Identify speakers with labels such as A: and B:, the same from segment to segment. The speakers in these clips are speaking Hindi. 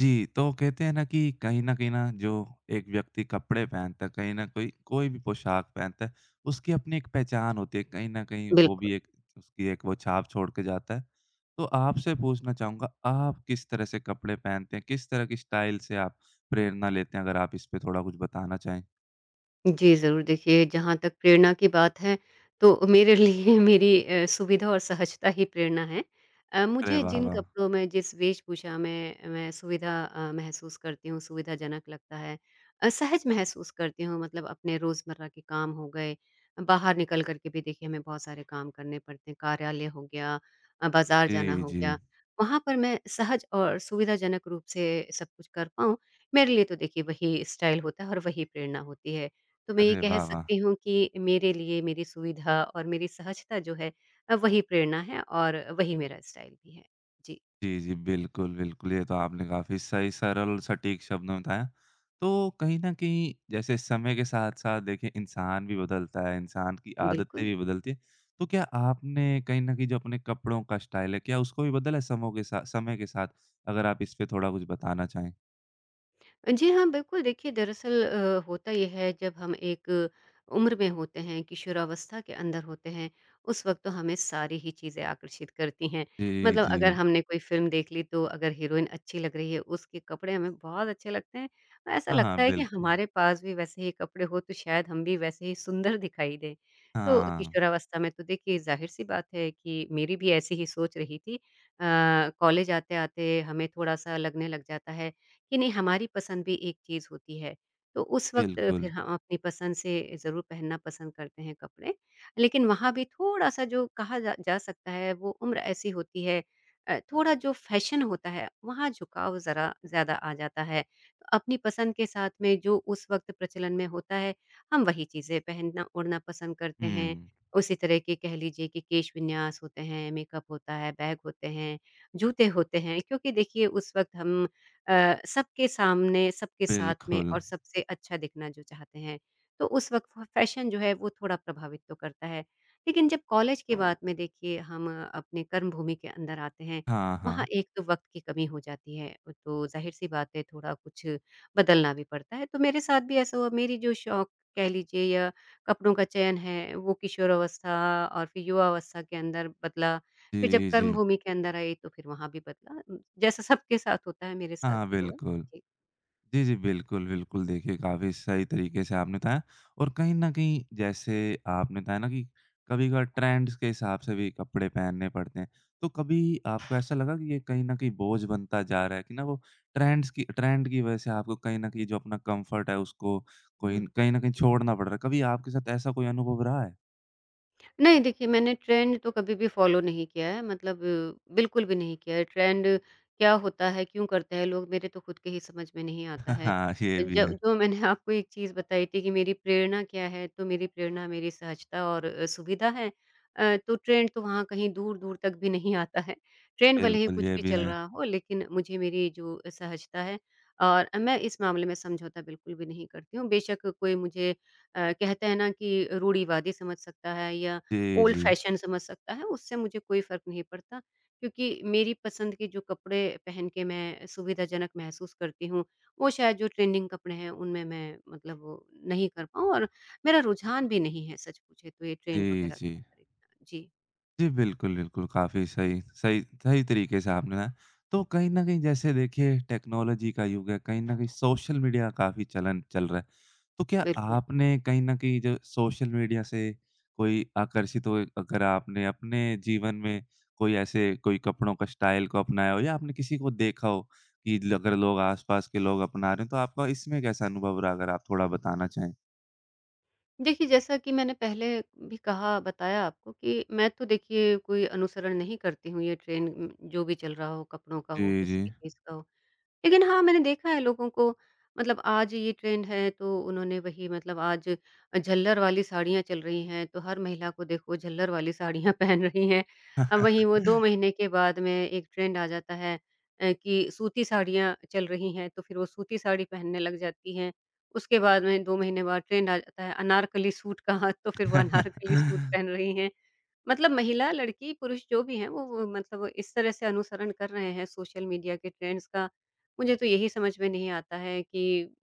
A: जी, तो कहते हैं ना कि कहीं न कहीं ना जो एक व्यक्ति कपड़े पहनता है, कहीं न कोई कोई भी पोशाक पहनता है, उसकी अपनी एक पहचान होती है, कहीं न कहीं वो
B: बिल्कुल।
A: भी एक उसकी एक वो छाप छोड़ के जाता है। तो आपसे पूछना चाहूँगा, आप किस तरह से कपड़े पहनते हैं? किस तरह की स्टाइल से आप प्रेरणा लेते हैं? अगर आप इस पे थोड़ा कुछ बताना चाहें?
B: जी, ज़रूर। देखिए, जहाँ तक प्रेरणा की बात है, तो मेरे लिए मेरी सुविधा और सहजता ही प्रेरणा है।
A: अरे
B: मुझे
A: वाह,
B: जिन
A: वाह!
B: कपड़ों में, जिस वेशभूषा में मैं सुविधा महसूस करती हूँ, सुविधाजनक लगता है, सहज महसूस करती हूँ, मतलब अपने रोज़मर्रा के काम हो गए, बाहर निकल कर के भी देखिए हमें बहुत सारे काम करने पड़ते हैं, कार्यालय हो गया, बाज़ार जाना
A: जी,
B: हो गया,
A: जी।
B: वहाँ पर मैं सहज और सुविधाजनक रूप से सब कुछ कर पाऊँ, मेरे लिए तो देखिए वही स्टाइल होता है और वही प्रेरणा होती है। तो मैं ये
A: अरे
B: कह
A: वाह, वाह!
B: सकती हूँ कि मेरे लिए मेरी सुविधा और मेरी सहजता जो है, वही प्रेरणा है और वही मेरा स्टाइल भी है। जी,
A: जी, जी। बिल्कुल, बिल्कुल। ये तो आपने काफ़ी सही, सरल, सटीक शब्दों में बताया। तो कहीं न कहीं जैसे समय के साथ-साथ देखिए इंसान भी बदलता है, इंसान की आदतें
B: बिल्कुल।
A: भी बदलती हैं। तो क्या आपने कहीं न कहीं जो अपने कपड़ों का स्टाइल है, क्या उसको भी बदला है समों के साथ समय के साथ? अगर आप इस पे थोड़ा कुछ बताना चाहें।
B: जी हाँ, बिल्कुल। देखिए, दरअसल होता ये है जब हम एक उम्र में होते हैं, किशोरावस्था के अंदर होते हैं, उस वक़्त तो हमें सारी ही चीज़ें आकर्षित करती हैं।
A: जी,
B: मतलब
A: जी।
B: अगर हमने कोई फ़िल्म देख ली तो अगर हीरोइन अच्छी लग रही है, उसके कपड़े हमें बहुत अच्छे लगते हैं। ऐसा
A: हाँ, हाँ,
B: लगता है कि
A: बिल्कुल।
B: हमारे पास भी वैसे ही कपड़े हो तो शायद हम भी वैसे ही सुंदर दिखाई दें। तो
A: हाँ,
B: किशोरावस्था में तो देखिए ज़ाहिर-सी बात है कि मेरी भी ऐसी ही सोच रही थी। कॉलेज आते-आते हमें थोड़ा-सा लगने लग जाता है कि नहीं हमारी पसंद भी एक चीज़ होती है। तो उस वक़्त फिर
A: बिल्कुल।
B: हम अपनी पसंद से ज़रूर पहनना पसंद करते हैं कपड़े। लेकिन वहाँ भी थोड़ा-सा जो कहा जा जा सकता है वो उम्र ऐसी होती है, थोड़ा जो फ़ैशन होता है वहाँ झुकाव ज़रा ज़्यादा आ जाता है। तो अपनी पसंद के साथ में जो उस वक़्त प्रचलन में होता है हम वही चीज़ें पहनना ओढ़ना पसंद करते हैं।
A: हुँ,
B: उसी तरह के कह लीजिए कि केश विन्यास होते हैं, मेकअप होता है, बैग होते हैं, जूते होते हैं क्योंकि देखिए उस वक़्त हम सबके सामने, सबके साथ में
A: बिल्कुल।
B: और सबसे अच्छा दिखना जो चाहते हैं। तो उस वक़्त फ फ़ैशन जो है वो थोड़ा प्रभावित तो करता है। लेकिन जब कॉलेज की बात में देखिए हम अपने कर्मभूमि के अंदर आते हैं,
A: हाँ,
B: वहाँ
A: हाँ।
B: एक तो वक़्त की कमी हो जाती है। तो ज़ाहिर-सी बात है थोड़ा कुछ बदलना भी पड़ता है। तो मेरे साथ भी ऐसा हुआ, मेरी जो शौक कह लीजिए या कपड़ों का चयन है वो किशोरावस्था और फिर युवावस्था के अंदर बदला। फिर जब
A: जी, जी।
B: कर्मभूमि के अंदर आई तो फिर वहाँ भी बदला। जैसा सबके साथ होता है मेरे साथ
A: हाँ,
B: भी हुआ।
A: बिल्कुल।
B: जी।
A: जी, जी। बिल्कुल, बिल्कुल। देखिए, काफ़ी सही तरीके से आपने बताया और कहीं न कहीं जैसे आपने बताया ना कि कभी-कभार ट्रेंड्स के हिसाब से भी कपड़े पहनने पड़ते हैं। तो कभी आपको ऐसा लगा कि ये कहीं न कहीं बोझ बनता जा रहा है कि ना वो ट्रेंड की वज़ह से आपको कहीं न कहीं जो अपना कम्फ़र्ट है उसको कोई
B: हम्म।
A: कहीं न कहीं छोड़ना पड़ रहा है। कभी आपके साथ ऐसा कोई अनुभव रहा है?
B: नहीं, देखिए मैंने ट्रेंड तो कभी भी फ़ॉलो नहीं किया है, मतलब बिल्कुल भी नहीं किया है। ट्रेंड क्या होता है, क्यों करते हैं लोग, मेरे तो खुद के ही समझ में नहीं आता है।
A: हाँ, ये
B: ज
A: भी है।
B: जो मैंने आपको एक चीज़ बताई थी कि मेरी प्रेरणा क्या है, तो मेरी प्रेरणा मेरी सहजता और सुविधा है। तो ट्रेंड तो वहाँ कहीं दूर-दूर तक भी नहीं आता है। ट्रेंड भले ही
A: बिल्कुल,
B: कुछ
A: ये
B: भी
A: भी
B: चल
A: है।
B: रहा हो लेकिन मुझे मेरी जो सहजता है और मैं इस मामले में समझौता बिल्कुल भी नहीं करती हूँ। बेशक कोई मुझे कहते हैं ना कि रूढ़िवादी समझ सकता है या
A: जी,
B: ओल्ड
A: जी।
B: फैशन समझ सकता है, उससे मुझे कोई फ़र्क नहीं पड़ता क्योंकि मेरी पसंद के जो कपड़े पहन के मैं सुविधाजनक महसूस करती हूँ, वो शायद जो ट्रेंडिंग कपड़े हैं, उनमें मैं मतलब वो नहीं कर पाऊँ, और मेरा रुझान भी नहीं है, सच पूछे तो ये ट्रेंड
A: जी,
B: वगैरह का
A: जी।
B: खरीदना। जी,
A: जी, बिल्कुल, बिल्कुल। काफ़ी सही सही सही तरीके से आपने ना तो कहीं न कहीं जैसे देखिए टेक्नोलॉजी का युग है, कहीं न कहीं सोशल मीडिया काफ़ी चलन चल रहा है। तो क्या
B: बिल्कुल।
A: आपने कहीं न कहीं जो सोशल मीडिया से कोई आकर्षित हुए अगर आपने अपने जीवन में कोई कपड़ों का स्टाइल को अपनाया हो या आपने किसी को देखा हो कि ल अगर लोग आस-पास के लोग अपना रहे हैं, तो आपका इसमें कैसा अनुभव रहा? अगर आप थोड़ा बताना चाहें।
B: देखिए, जैसा कि मैंने पहले भी कहा बताया आपको कि मैं तो देखिए कोई अनुसरण नहीं करती हूँ, ये ट्रेंड जो भी चल रहा हो, कपड़ों का हो,
A: जी,
B: किसी
A: जी।
B: भी चीज़ का हो। लेकिन हाँ, मैंने देखा है लोगों को, मतलब आज ये ट्रेंड है तो उन्होंने वही, मतलब आज झल्लर वाली साड़ियाँ चल रही हैं, तो हर महिला को देखो झल्लर वाली साड़ियाँ पहन रही हैं। वहीं वो 2 महीने के बाद में एक ट्रेंड आ जाता है कि सूती साड़ियाँ चल रही हैं, तो फिर वो सूती साड़ी पहनने लग जाती हैं। उसके बाद में 2 महीने बाद ट्रेंड आ जाता है अनारकली सूट का। हाँ, तो फिर वो अनारकली सूट पहन रही हैं। मतलब महिला, लड़की, पुरुष जो भी हैं वो मतलब इस तरह से अनुसरण कर रहे हैं सोशल मीडिया के ट्रेंड्स का। मुझे तो यही समझ में नहीं आता है कि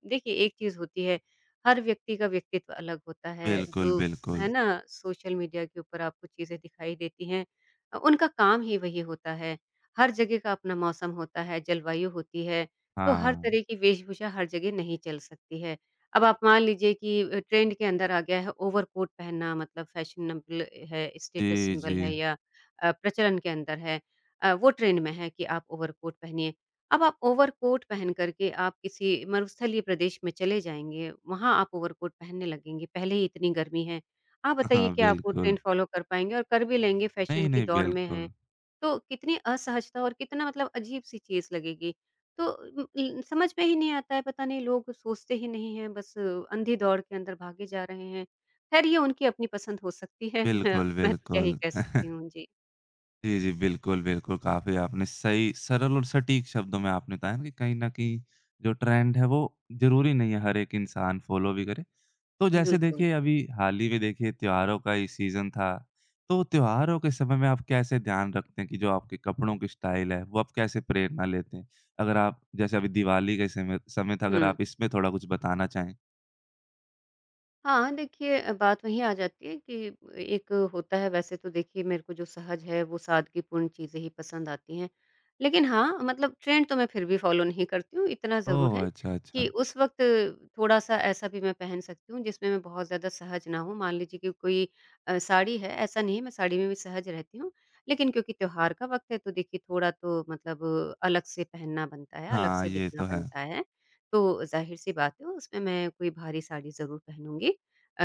B: देखिए एक चीज़ होती है, हर व्यक्ति का व्यक्तित्व अलग होता है,
A: बिल्कुल,
B: जो
A: बिल्कुल।
B: है ना। सोशल मीडिया के ऊपर आपको चीज़ें दिखाई देती हैं, उनका काम ही वही होता है। हर जगह का अपना मौसम होता है, जलवायु होती है, तो हर तरह
A: हाँ।
B: की वेशभूषा हर जगह नहीं चल सकती है। अब आप मान लीजिए कि ट्रेंड के अंदर आ गया है ओवरकोट पहनना, मतलब फैशनेबल है, स्टेटस
A: जी,
B: सिंबल है
A: जी।
B: या प्रचलन के अंदर है। वो ट्रेंड में है कि आप ओवरकोट पहनिए। अब आप ओवरकोट पहन कर के आप किसी मरुस्थलीय प्रदेश में चले जाएँगे, वहाँ आप ओवरकोट पहनने लगेंगे, पहले ही इतनी गर्मी है। आप बताइए
A: हाँ,
B: कि आप वो
A: बिल्कुल।
B: ट्रेंड फ़ॉलो कर पाएँगे और कर भी लेंगे फ़ैशन
A: नहीं,
B: की
A: नहीं,
B: दौड़ में हैं,
A: बिल्कुल।
B: तो कितनी असहजता और कितना मतलब अजीब-सी चीज़ लगेगी। तो उम, इ समझ में ही नहीं आता है, पता नहीं लोग सोचते ही नहीं हैं, बस अंधी दौड़ के अंदर भागे जा रहे हैं। ख़ैर ये उनकी अपनी पसंद हो सकती है,
A: बिल्कुल,
B: मैं तो क्या
A: बिल्कुल।
B: ही कह सकती हूँ। जी,
A: जी, जी, बिल्कुल, बिल्कुल, काफ़ी आपने सही, सरल और सटीक शब्दों में आपने बताया ना कि कहीं न कहीं जो ट्रेंड है, वो ज़रूरी नहीं है हर एक इंसान फ़ॉलो भी करे। तो जैसे
B: बिल्कुल।
A: देखिए अभी हाल ही में देखिए त्योहारों का ही सीज़न था, तो त्योहारों के समय में आप कैसे ध्यान रखते हैं कि जो आपके कपड़ों की स्टाइल है, वो आप कैसे प्रेरणा लेते हैं? अगर आप जैसे अभी दिवाली के समय समय था, अगर
B: हुँ।
A: आप इसमें थोड़ा कुछ बताना चाहें?
B: हाँ, देखिए बात वहीं आ जाती है कि एक होता है, वैसे तो देखिए मेरे को जो सहज है वो सादगीपूर्ण चीज़ें ही पसंद आती हैं। लेकिन हाँ, मतलब ट्रेंड तो मैं फिर भी फ़ॉलो नहीं करती हूँ, इतना ज़रूर
A: ओह!
B: है
A: अच्छा,
B: कि
A: अच्छा।
B: उस वक़्त थोड़ा-सा ऐसा भी मैं पहन सकती हूँ जिसमें मैं बहुत ज़्यादा सहज ना हूँ। मान लीजिए कि कोई साड़ी है, ऐसा नहीं है, मैं साड़ी में भी सहज रहती हूँ, लेकिन क्योंकि त्योहार का वक़्त है तो देखिए थोड़ा तो मतलब अलग से पहनना बनता है, अलग
A: हाँ,
B: से
A: ये
B: दिखना
A: तो है।
B: बनता है। तो ज़ाहिर-सी बात है उसमें मैं कोई भारी साड़ी ज़रूर पहनूँगी। अ,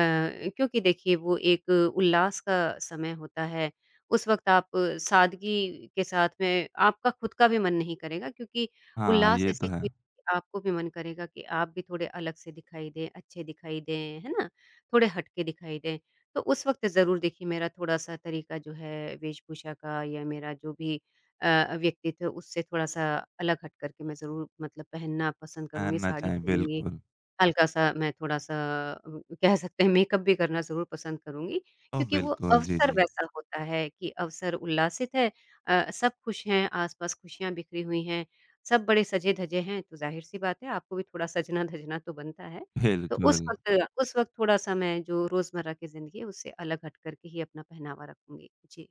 B: क्योंकि देखिए वो एक उल्लास का समय होता है, उस वक़्त आप सादगी के साथ में आपका खुद का भी मन नहीं करेगा क्योंकि
A: हाँ,
B: उल्लास
A: ये तो
B: ऐसी
A: है।
B: चीज़, आपको भी मन करेगा कि आप भी थोड़े अलग से दिखाई दें, अच्छे दिखाई दें, है ना? थोड़े हट के दिखाई दें। तो उस वक़्त ज़रूर देखिए मेरा थोड़ा-सा तरीका जो है वेशभूषा का या मेरा जो भी व्यक्तित्व है, उससे थोड़ा-सा अलग हट कर के मैं ज़रूर मतलब पहनना पसंद करूँगी,
A: पहनना
B: साड़ी
A: चाहे,
B: पहनूँगी।
A: बिल्कुल।
B: हल्का-सा मैं थोड़ा-सा कह सकते हैं मेकअप भी करना ज़रूर पसंद करूँगी,
A: ओह!
B: क्योंकि वो
A: बिल्कुल, जी,
B: अवसर
A: जी।
B: वैसा होता है कि अवसर उल्लासित है, सब खुश हैं, आस-पास खुशियाँ बिखरी हुई हैं, सब बड़े सजे-धजे हैं, तो ज़ाहिर-सी बात है आपको भी थोड़ा सजना-धजना तो बनता है। तो उस
A: बिल्कुल।
B: वक़्त उस वक़्त थोड़ा-सा मैं जो रोज़मर्रा की ज़िंदगी है, उससे अलग हट कर के ही अपना पहनावा रखूँगी। जी।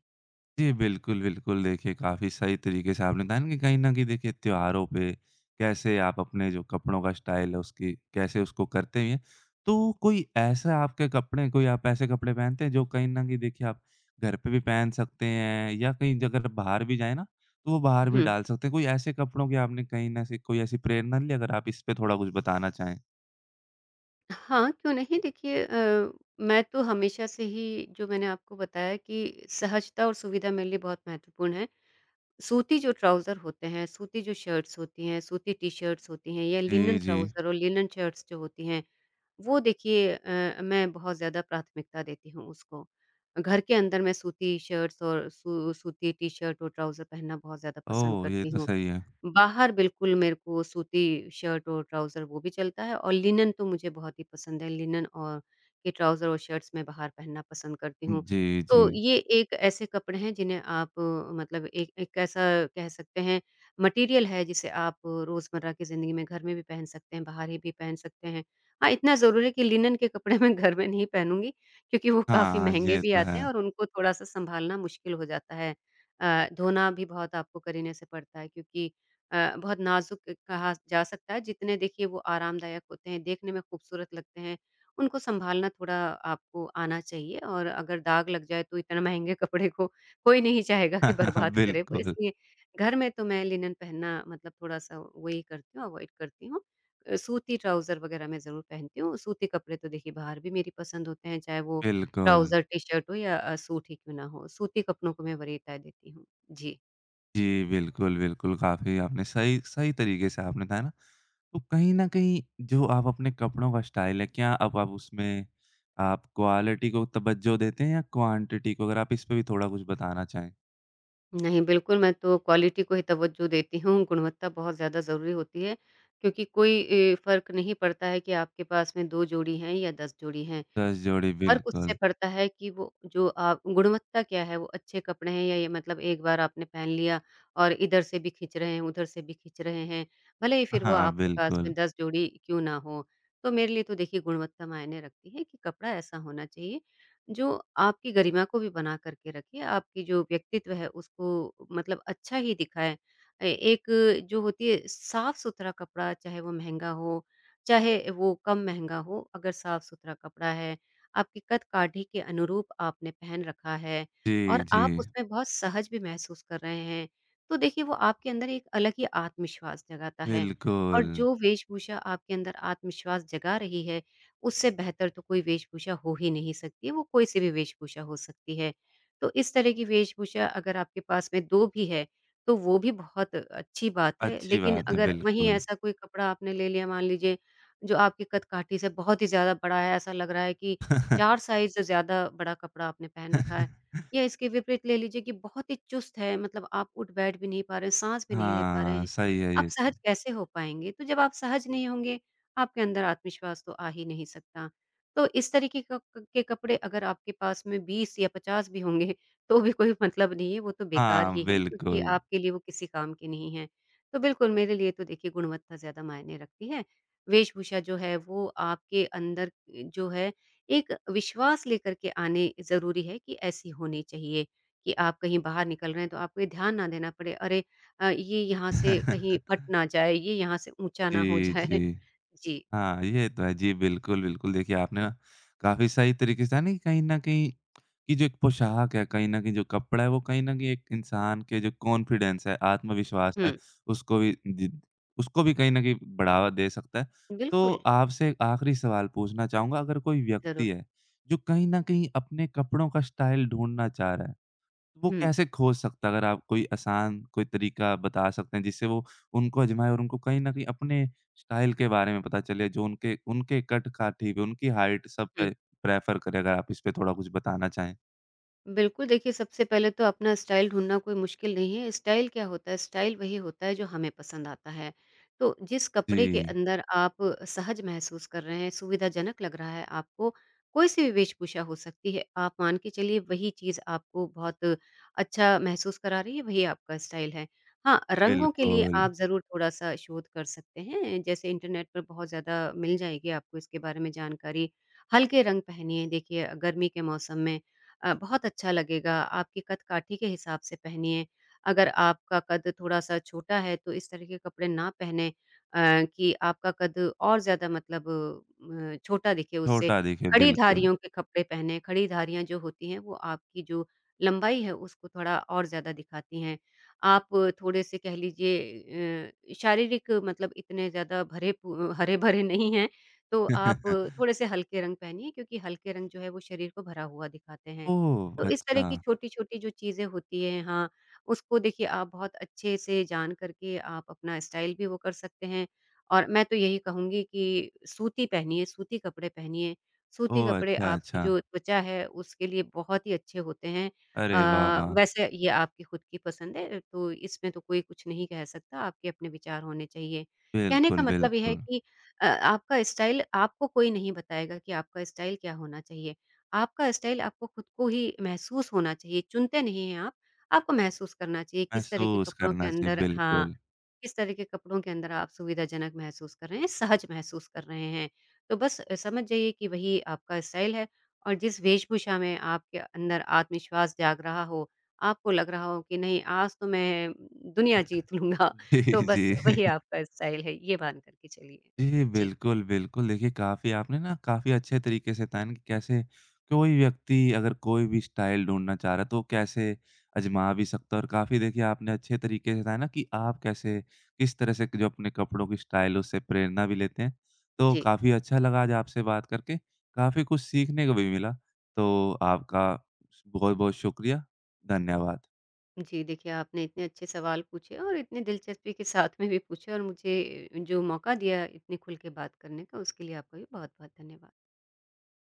A: जी, बिल्कुल, बिल्कुल। देखिए, काफ़ी सही तरीके से आपने बताया ना कि कहीं न कहीं देखिए त्योहारों पे कैसे आप अपने जो कपड़ों का स्टाइल है उसकी कैसे उसको करते हैं। तो कोई ऐसा आपके कपड़े कोई आप ऐसे कपड़े पहनते हैं जो कहीं न कहीं देखिए आप घर पे भी पहन सकते हैं या कहीं ज अगर बाहर भी जाएँ ना, तो वो बाहर भी
B: हुँ।
A: डाल सकते हैं। कोई ऐसे कपड़ों की आपने कहीं न से कोई ऐसी प्रेरणा ली, अगर आप इस पे थोड़ा कुछ बताना चाहें?
B: हाँ, क्यों नहीं? देखिए मैं तो हमेशा से ही जो मैंने आपको बताया कि सहजता और सुविधा मेरे लिए बहुत महत्वपूर्ण है। सूती जो ट्राउज़र होते हैं, सूती जो शर्ट्स होती हैं, सूती टी-शर्ट्स होती हैं या लिनन
A: जी, जी।
B: ट्राउज़र और लिनन शर्ट्स जो होती हैं, वो देखिए मैं बहुत ज़्यादा प्राथमिकता देती हूँ उसको। घर के अंदर मैं सूती शर्ट्स और सू सूती टी-शर्ट और ट्राउज़र पहनना बहुत ज़्यादा पसंद
A: ओह! ये
B: करती
A: तो
B: हूँ।
A: सही है।
B: बाहर बिल्कुल मेरे को सूती शर्ट और ट्राउज़र वो भी चलता है और लिनन तो मुझे बहुत ही पसंद है। लिनन और के ट्राउज़र और शर्ट्स मैं बाहर पहनना पसंद करती हूँ।
A: जी, जी।
B: तो ये एक ऐसे कपड़े हैं जिन्हें आप मतलब एक एक ऐसा कह सकते हैं मटीरियल है जिसे आप रोज़मर्रा की ज़िंदगी में घर में भी पहन सकते हैं, बाहर ही भी पहन सकते हैं। हाँ, इतना ज़रूर है कि लिनन के कपड़े मैं घर में नहीं पहनूँगी क्योंकि वो काफ़ी
A: हाँ,
B: महँगे
A: ये
B: भी
A: तो
B: आते
A: है।
B: हैं और उनको थोड़ा-सा सँभालना मुश्किल हो जाता है। धोना भी बहुत आपको करीने से पड़ता है क्योंकि बहुत नाज़ुक कहा जा सकता है, जितने देखिए वो आरामदायक होते हैं, देखने में खूबसूरत लगते हैं, उनको सँभालना थोड़ा आपको आना चाहिए और अगर दाग लग जाए तो इतना महँगे कपड़े को कोई नहीं चाहेगा कि बर्बाद करे वो,
A: बिल्कुल,
B: इसलिए घर में तो मैं लिनन पहनना मतलब थोड़ा-सा वही करती हूँ, अवॉइड करती हूँ। सूती ट्राउज़र वग़ैरह मैं ज़रूर पहनती हूँ, सूती कपड़े तो देखिए बाहर भी मेरी पसंद होते हैं, चाहे वो
A: बिल्कुल।
B: ट्राउज़र, टी-शर्ट हो या सूट ही क्यों ना हो, सूती कपड़ों को मैं वरीयता देती हूँ। जी।
A: जी, बिल्कुल, बिल्कुल, काफ़ी आपने सही सही तरीके से आपने बताया ना, तो कहीं न कहीं जो आप अपने कपड़ों का स्टाइल है, क्या अब आप उसमें आप क्वालिटी को तवज्जो देते हैं या क्वांटिटी को? अगर आप इस पे भी थोड़ा कुछ बताना चाहें।
B: नहीं, बिल्कुल, मैं तो क्वालिटी को ही तवज्जो देती हूँ, गुणवत्ता बहुत ज़्यादा ज़रूरी होती है, क्योंकि कोई फ़र्क नहीं पड़ता है कि आपके पास में 2 जोड़ी हैं या 10 जोड़ी हैं।
A: 10 जोड़ी
B: फ़र्क उससे
A: बिल्कुल।
B: पड़ता है कि वो जो आप गुणवत्ता क्या है, वो अच्छे कपड़े हैं या ये मतलब एक बार आपने पहन लिया और इधर से भी खींच रहे हैं, उधर से भी खींच रहे हैं, भले ही फिर वो
A: हाँ,
B: आपके पास
A: बिल्कुल।
B: में 10 जोड़ी क्यों ना हो। तो मेरे लिए तो देखिए गुणवत्ता मायने रखती है कि कपड़ा ऐसा होना चाहिए जो आपकी गरिमा को भी बना कर के रखे, आपकी जो व्यक्तित्व है उसको मतलब अच्छा ही दिखाए। ए एक जो होती है साफ-सुथरा कपड़ा चाहे वो महँगा हो, चाहे वो कम महँगा हो, अगर साफ-सुथरा कपड़ा है आपकी कद-काठी के अनुरूप आपने पहन रखा है और
A: जी, जी।
B: आप उसमें बहुत सहज भी महसूस कर रहे हैं। तो देखिए वो आपके अंदर एक अलग ही आत्मविश्वास जगाता है और
A: बिल्कुल,
B: जो वेशभूषा आपके अंदर आत्मविश्वास जगा रही है, उससे बेहतर तो कोई वेशभूषा हो ही नहीं सकती है, वो कोई सी भी वेशभूषा हो सकती है। तो इस तरह की वेशभूषा अगर आपके पास में 2 भी है, तो वो भी बहुत अच्छी बात है।
A: अच्छी
B: लेकिन
A: बात है,
B: अगर वहीं
A: बिल्कुल।
B: ऐसा कोई कपड़ा आपने ले लिया मान लीजिए जो आपकी कद-काठी से बहुत ही ज़्यादा बड़ा है, ऐसा लग रहा है कि 4 साइज़ से ज़्यादा बड़ा कपड़ा आपने पहन रखा है। या इसके विपरीत ले लीजिए कि बहुत ही चुस्त है, मतलब आप उठ-बैठ भी नहीं पा रहे हैं, साँस भी नहीं ले पा रहे
A: हाँ,
B: हैं।
A: सही है
B: आप
A: ये तो।
B: सहज कैसे हो पाएँगे? तो जब आप सहज नहीं होंगे, आपके अंदर आत्मविश्वास तो आ ही नहीं सकता। तो इस तरीके क क के कपड़े अगर आपके पास में 20 या 50 भी होंगे, तो भी कोई मतलब नहीं है, वो तो बेकार
A: हाँ,
B: ही हैं क्योंकि
A: बिल्कुल।
B: आपके लिए वो किसी काम के नहीं हैं। तो बिल्कुल मेरे लिए तो देखिए गुणवत्ता ज़्यादा मायने रखती है। वेशभूषा जो है वो आपके अंदर जो है एक विश्वास लेकर के आने ज़रूरी है कि ऐसी होनी चाहिए कि आप कहीं बाहर निकल रहे हैं तो आपको ये ध्यान ना देना पड़े अरे ये यहाँ से कहीं फट ना जाए, ये यहाँ से ऊँचा ना हो
A: जी,
B: जाए।
A: जी।
B: जी।
A: हाँ, ये तो है। जी, बिल्कुल, बिल्कुल। देखिए, आपने ना काफ़ी सही तरीके से है नहीं कहीं न कहीं कि जो एक पोशाक है, कहीं न कहीं जो कपड़ा है, वो कहीं न कहीं एक इंसान के जो कॉन्फिडेंस है, आत्मविश्वास है,
B: हुँ,
A: उसको भी जिद उसको भी कहीं न कहीं बढ़ावा दे सकता है। तो
B: बिल्कुल,
A: आपसे एक आखिरी सवाल पूछना चाहूँगा, अगर कोई
B: ज़रूर।
A: व्यक्ति है, जो कहीं न कहीं अपने कपड़ों का स्टाइल ढूँढना चाह रहा है, तो वो
B: हुँ,
A: कैसे खोज सकता है? अगर आप कोई आसान कोई तरीका बता सकते हैं, जिससे वो उनको आज़माएँ और उनको कहीं न कहीं अपने स्टाइल के बारे में पता चले, जो उनके उनके कद-काठी पे, उनकी हाइट सब
B: हुँ।
A: पे प्रेफ़र करें, अगर आप इस पे थोड़ा कुछ बताना चाहें?
B: बिल्कुल, देखिए सबसे पहले तो अपना स्टाइल ढूँढना कोई मुश्किल नहीं है। स्टाइल क्या होता है? स्टाइल वही होता है जो हमें पसंद आता है। तो जिस कपड़े के
A: जी,
B: अंदर आप सहज महसूस कर रहे हैं, सुविधाजनक लग रहा है आपको, कोई-सी भी वेशभूषा हो सकती है। आप मान के चलिए वही चीज़ आपको बहुत अच्छा महसूस करा रही है, वही आपका स्टाइल है। हाँ, रंगों के लिए
A: बिल्कुल।
B: आप ज़रूर थोड़ा-सा शोध कर सकते हैं। जैसे इंटरनेट पर बहुत ज़्यादा मिल जाएगी आपको इसके बारे में जानकारी। हल्के रंग पहनिए देखिए गर्मी के मौसम में। बहुत अच्छा लगेगा। आपकी कद-काठी के हिसाब से पहनिए। अगर आपका कद थोड़ा-सा छोटा है तो इस तरह के कपड़े ना पहने अ, कि आपका कद और ज़्यादा मतलब छोटा दिखे उससे।
A: छोटा दिखे, बिल्कुल।
B: खड़ीधारियों के कपड़े पहने, खड़ीधारियाँ जो होती हैं वो आपकी जो लंबाई है उसको थोड़ा और ज़्यादा दिखाती हैं। आप थोड़े-से कह लीजिए शारीरिक मतलब इतने ज़्यादा भरे पु हरे-भरे नहीं हैं, तो आप थोड़े-से हल्के रंग पहनिए क्योंकि हल्के रंग जो है वो शरीर को भरा हुआ दिखाते हैं।
A: ओह!
B: तो इस तरह
A: अच्छा।
B: की छोटी-छोटी जो चीज़ें होती हैं हाँ, उसको देखिए आप बहुत अच्छे से जान करके आप अपना स्टाइल भी वो कर सकते हैं। और मैं तो यही कहूँगी कि सूती पहनिए। सूती
A: ओह!
B: कपड़े
A: अच्छा,
B: आपकी
A: अच्छा।
B: जो त्वचा है उसके लिए बहुत ही अच्छे होते हैं।
A: अरे वाह, वाह!
B: वैसे ये आपकी खुद की पसंद है तो इसमें तो कोई कुछ नहीं कह सकता, आपके अपने विचार होने चाहिए। कहने का
A: बिल्कुल,
B: मतलब ये है
A: बिल्कुल।
B: कि आपका स्टाइल आपको कोई नहीं बताएगा कि आपका स्टाइल क्या होना चाहिए। आपका स्टाइल आपको खुद को ही महसूस होना चाहिए, चुनते नहीं हैं आप, आपको महसूस करना चाहिए किस तरह के
A: महसूस
B: कपड़ों के
A: करना चाहिए,
B: अंदर हाँ,
A: बिल्कुल।
B: किस तरह के कपड़ों के अंदर आप सुविधाजनक महसूस कर रहे हैं, सहज महसूस कर रहे हैं। तो बस समझ जाइए कि वही आपका स्टाइल है और जिस वेशभूषा में आपके अंदर आत्मविश्वास जाग रहा हो, आपको लग रहा हो कि नहीं आज तो मैं दुनिया जीत लूँगा, तो बस
A: जी,
B: वही
A: जी।
B: आपका स्टाइल है, ये मान कर के चलिए।
A: जी,
B: जी,
A: बिल्कुल, बिल्कुल। देखिए, काफ़ी आपने ना काफ़ी अच्छे तरीके से बताया ना कि कैसे कोई व्यक्ति अगर कोई भी स्टाइल ढूँढना चाह रहा है, तो वो कैसे आज़मा भी सकता है और काफ़ी देखिए आपने अच्छे तरीके से बताया ना कि आप कैसे किस तरह से जो अपने कपड़ों की स्टाइल है, उससे प्रेरणा भी लेते हैं। तो
B: जी।
A: काफ़ी अच्छा लगा आज आपसे बात करके, काफ़ी कुछ सीखने को भी मिला। तो आपका बहुत-बहुत शुक्रिया। धन्यवाद।
B: जी, देखिए आपने इतने अच्छे सवाल पूछे और इतनी दिलचस्पी के साथ में भी पूछे और मुझे जो मौका दिया इतने खुल के बात करने का उसके लिए आपका भी बहुत-बहुत धन्यवाद।